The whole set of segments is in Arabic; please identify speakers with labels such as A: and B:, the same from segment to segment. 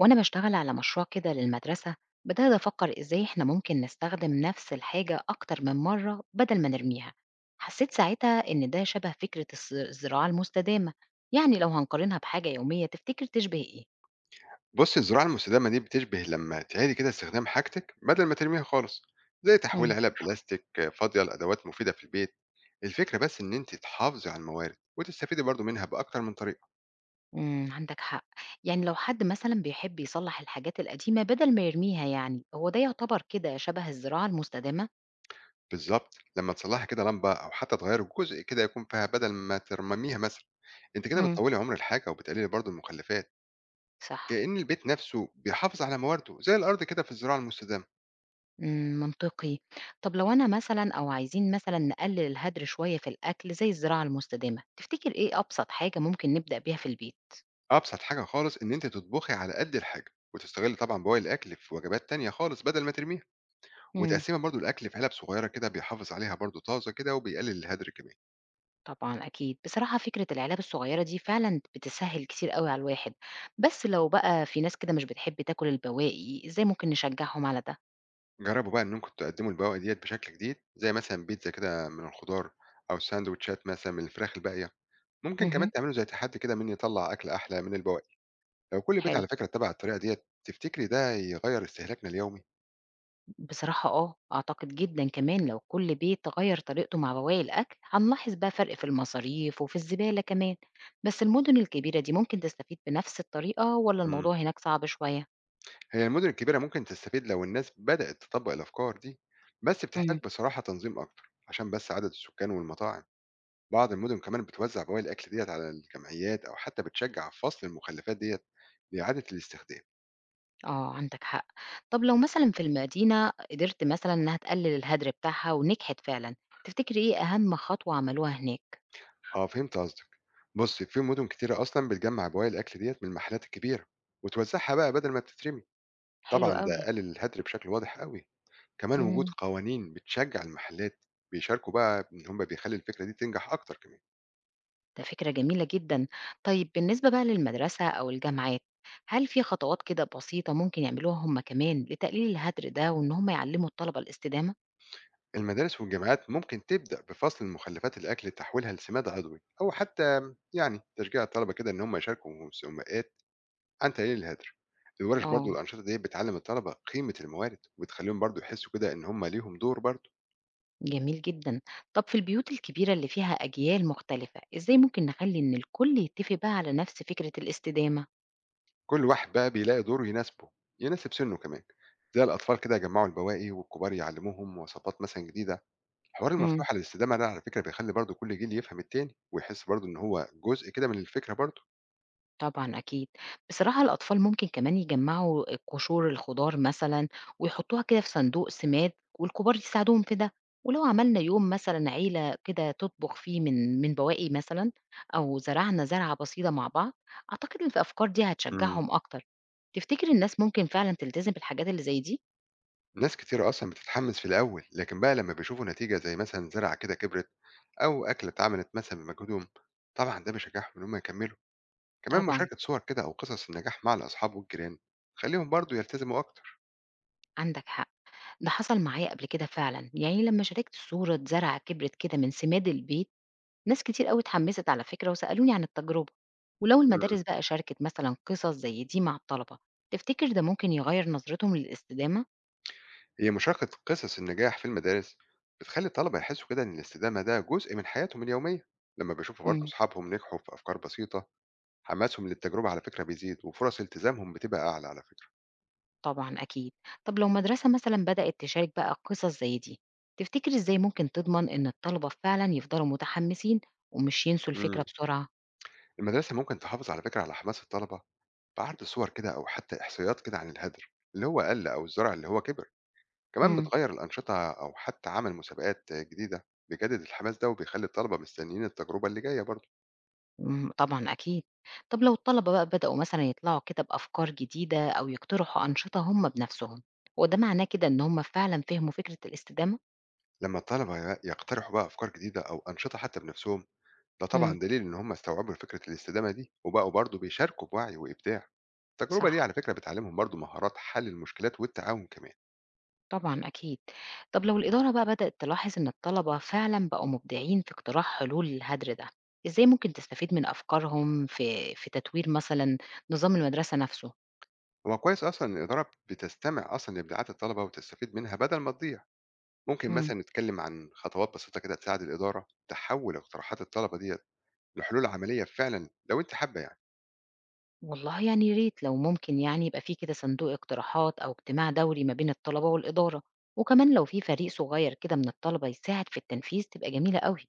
A: وأنا بشتغل على مشروع كده للمدرسة، بدأت أفكر إزاي إحنا ممكن نستخدم نفس الحاجة أكتر من مرة بدل ما نرميها. حسيت ساعتها إن ده شبه فكرة الزراعة المستدامة. يعني لو هنقارنها بحاجة يومية تفتكر تشبه إيه؟
B: بُص الزراعة المستدامة دي بتشبه لمّا تعيدي كده استخدام حاجتك بدل ما ترميها خالص، زي تحويل
A: مم.
B: علب بلاستيك فاضية لأدوات مفيدة في البيت. الفكرة بس إن أنتِ تحافظي على الموارد وتستفيدي برضه منها بأكتر من طريقة.
A: مم. عندك حق. يعني لو حد مثلا بيحب يصلح الحاجات القديمة بدل ما يرميها، يعني هو ده يعتبر كده شبه الزراعة المستدامة؟
B: بالضبط، لمّا تصلحي كده لمبة أو حتى تغيّري جزء كده يكون فيها بدل ما ترميها مثلًا، أنتِ كده
A: مم.
B: بتطوّلي عمر الحاجة وبتقللي برضه المخلفات.
A: صح.
B: كأن البيت نفسه بيحافظ على موارده زي الأرض كده في الزراعة المستدامة.
A: إمم، منطقي. طب لو أنا مثلًا أو عايزين مثلًا نقلل الهدر شوية في الأكل زي الزراعة المستدامة، تفتكر إيه أبسط حاجة ممكن نبدأ بيها في البيت؟
B: أبسط حاجة خالص إن أنتِ تطبخي على قد الحاجة وتستغلي طبعًا بواقي الأكل في وجبات تانية خالص بدل ما ترميها.
A: إمم.
B: وتقسيمة برضه الأكل في علب صغيرة كده بيحافظ عليها برضه طازة كده وبيقلل الهدر كمان.
A: طبعًا أكيد. بصراحة فكرة العلب الصغيرة دي فعلًا بتسهّل كتير أوي على الواحد، بس لو بقى في ناس كده مش بتحب تاكل البواقي، إزاي ممكن نشجعهم على ده؟
B: جربوا بقى إنكم تقدموا البواقي ديت بشكل جديد زي مثلا بيتزا كده من الخضار، أو ساندوتشات مثلا من الفراخ الباقية. ممكن كمان
A: اهم.
B: تعملوا زي تحدي كده مين يطلع أكل أحلى من البواقي. لو كل بيت
A: حلو.
B: على فكرة اتبع الطريقة ديت تفتكري ده يغير استهلاكنا اليومي؟
A: بصراحة آه، أعتقد جدًا كمان لو كل بيت غيّر طريقته مع بواقي الأكل، هنلاحظ بقى فرق في المصاريف وفي الزبالة كمان، بس المدن الكبيرة دي ممكن تستفيد بنفس الطريقة والّا
B: مم.
A: الموضوع هناك صعب شوية؟
B: هي المدن الكبيرة ممكن تستفيد لو الناس بدأت تطبق الأفكار دي، بس بتحتاج
A: إمم،
B: بصراحة تنظيم أكتر عشان بس عدد السكان والمطاعم. بعض المدن كمان بتوزع بواقي الأكل ديت على الجمعيات أو حتى بتشجع فصل المخلفات ديت لإعادة الاستخدام.
A: آه عندك حق. طب لو مثلًا في المدينة قدرت مثلًا إنها تقلل الهدر بتاعها ونجحت فعلًا، تفتكري إيه أهم خطوة عملوها هناك؟
B: أه، فهمت قصدك. بص في مدن كتيرة أصلا بتجمع بواقي الأكل ديت من المحلات الكبيرة وتوزعها بقى بدل ما بتترمي.
A: حلو
B: طبعا ده
A: أوي.
B: قلل الهدر بشكل واضح قوي. كمان وجود
A: إمم.
B: قوانين بتشجع المحلات بيشاركوا بقى إن هم بيخلي الفكرة دي تنجح أكتر كمان.
A: ده فكرة جميلة جدًا. طيب بالنسبة بقى للمدرسة أو الجامعات، هل في خطوات كده بسيطة ممكن يعملوها هم كمان لتقليل الهدر ده وإن هم يعلّموا الطلبة الاستدامة؟
B: المدارس والجامعات ممكن تبدأ بفصل المخلفات الأكل تحويلها لسماد عضوي، أو حتى يعني تشجيع الطلبة كده إن هم يشاركوا في مسابقات عن تقليل الهدر. الورش
A: آه،
B: برضو الانشطه دي بتعلم الطلبه قيمه الموارد وبتخليهم برضو يحسوا كده ان هم ليهم دور برضو.
A: جميل جدًا. طب في البيوت الكبيرة اللي فيها أجيال مختلفة، إزاي ممكن نخلّي إن الكل يتّفق بقى على نفس فكرة الاستدامة؟
B: كل واحد بقى بيلاقي دور يناسبه، يناسب سنه كمان. زي الاطفال كده يجمعوا البواقي والكبار يعلموهم وصفات مثلا جديده. الحوار
A: إمم.
B: المفتوح على الاستدامه ده على فكره بيخلي برضو كل جيل يفهم التاني ويحس برضو ان هو جزء كده من الفكره برضو.
A: طبعًا أكيد. بصراحة الأطفال ممكن كمان يجمّعوا قشور الخضار مثلًا ويحطّوها كده في صندوق سماد والكبار يساعدوهم في ده، ولو عملنا يوم مثلًا عيلة كده تطبخ فيه من بواقي مثلًا أو زرعنا زرعة بسيطة مع بعض، أعتقد إن الأفكار دي
B: مم.
A: هتشجّعهم أكتر. تفتكر الناس ممكن فعلًا تلتزم بالحاجات اللي زي دي؟
B: ناس كتير اصلا بتتحمس في الاول، لكن بقى لما بيشوفوا نتيجه زي مثلا زرعه كده كبرت او اكله اتعملت مثلا بمجهودهم، طبعا ده بيشجعهم ان هم يكملوا. كمان
A: طبعًا،
B: مشاركة صور كده أو قصص النجاح مع الأصحاب والجيران خليهم برضو يلتزموا أكتر.
A: عندك حق. ده حصل معايا قبل كده فعلًا، يعني لمّا شاركت صورة زرعة كبرت كده من سماد البيت، ناس كتير أوي اتحمّست على فكرة وسألوني عن التجربة، ولو
B: مم.
A: المدارس بقى شاركت مثلًا قصص زي دي مع الطلبة، تفتكر ده ممكن يغيّر نظرتهم للاستدامة؟
B: هي مشاركة قصص النجاح في المدارس بتخلي الطلبة يحسوا كده إن الاستدامة ده جزء من حياتهم اليومية. لما بيشوفوا برضو
A: إمم،
B: أصحابهم نجحوا في أفكار بسيطة، حماسهم للتجربة على فكرة بيزيد وفرص التزامهم بتبقى أعلى على فكرة.
A: طبعًا أكيد. طب لو مدرسة مثلًا بدأت تشارك بقى قصص زي دي، تفتكر إزاي ممكن تضمن إن الطلبة فعلًا يفضلوا متحمّسين ومش ينسوا الفكرة
B: مم.
A: بسرعة؟
B: المدرسة ممكن تحافظ على فكرة على حماس الطلبة بعرض صور كده أو حتى إحصائيات كده عن الهدر اللي هو قل أو الزرع اللي هو كبر. كمان
A: إمم،
B: بتغيّر الأنشطة أو حتى عمل مسابقات جديدة بيجدد الحماس ده وبيخلّي الطلبة مستنيين التجربة اللي جاية برضه.
A: إمم، طبعًا أكيد. طب لو الطلبة بقى بدأوا مثلًا يطلعوا كده بأفكار جديدة أو يقترحوا أنشطة هم بنفسهم، هو ده معناه كده إن هم فعلًا فهموا فكرة الاستدامة؟
B: لمّا الطلبة يقترحوا بقى أفكار جديدة أو أنشطة حتى بنفسهم، ده
A: إمم.
B: طبعًا دليل إن هم استوعبوا فكرة الاستدامة دي وبقوا برضه بيشاركوا بوعي وإبداع. التجربة دي
A: صح،
B: على فكرة بتعلّمهم برضه مهارات حل المشكلات والتعاون كمان.
A: طبعًا أكيد. طب لو الإدارة بقى بدأت تلاحظ إن الطلبة فعلًا بقوا مبدعين في اقتراح حلول للهدر ده، إزاي ممكن تستفيد من أفكارهم في تطوير مثلًا نظام المدرسة نفسه؟
B: هو كويس أصلًا إن الإدارة بتستمع أصلًا لإبداعات الطلبة وتستفيد منها بدل ما تضيع. ممكن
A: إمم.
B: مثلًا نتكلم عن خطوات بسيطة كده تساعد الإدارة تحوّل اقتراحات الطلبة ديّة لحلول عملية فعلًا لو أنتِ حابة يعني.
A: والله يعني يا ريت لو ممكن يعني يبقى في كده صندوق اقتراحات أو اجتماع دوري ما بين الطلبة والإدارة، وكمان لو في فريق صغير كده من الطلبة يساعد في التنفيذ تبقى جميلة أوي.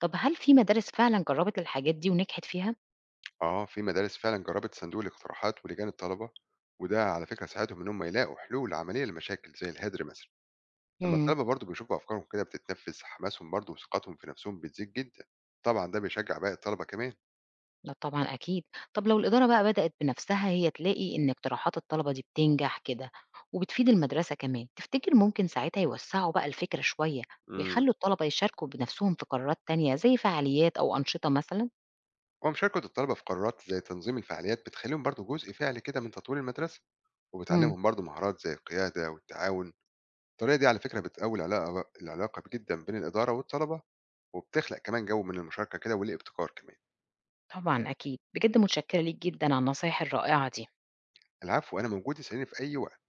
A: طب هل في مدارس فعلًا جربت الحاجات دي ونجحت فيها؟
B: آه، في مدارس فعلا جربت صندوق الاقتراحات ولجان الطلبة، وده على فكرة ساعدهم إن هم يلاقوا حلول عملية لمشاكل زي الهدر مثلا. لما
A: إمم.
B: الطلبة برضو بيشوفوا أفكارهم كده بتتنفذ حماسهم برضو وثقتهم في نفسهم بتزيد جدا، طبعا ده بيشجع باقي الطلبة كمان.
A: لأ طبعًا أكيد. طب لو الإدارة بقى بدأت بنفسها هي تلاقي إن اقتراحات الطلبة دي بتنجح كده وبتفيد المدرسة كمان، تفتكر ممكن ساعتها يوسّعوا بقى الفكرة شوية
B: امم.
A: ويخلّوا الطلبة يشاركوا بنفسهم في قرارات تانية زي فعاليات أو أنشطة مثلًا؟
B: ومشاركة الطلبة في قرارات زي تنظيم الفعاليات بتخليهم برضو جزء فعلي كده من تطوير المدرسة،
A: إمم،
B: وبتعلمهم برضو مهارات زي القيادة والتعاون. الطريقة دي على فكرة بتقوي العلاقة جدا بين الإدارة والطلبة، وبتخلق كمان جو من المشاركة كده والابتكار كمان.
A: طبعًا أكيد. بجد متشكّرة ليك جدًا على النصايح الرائعة دي.
B: العفو، أنا موجود اسألني في أي وقت.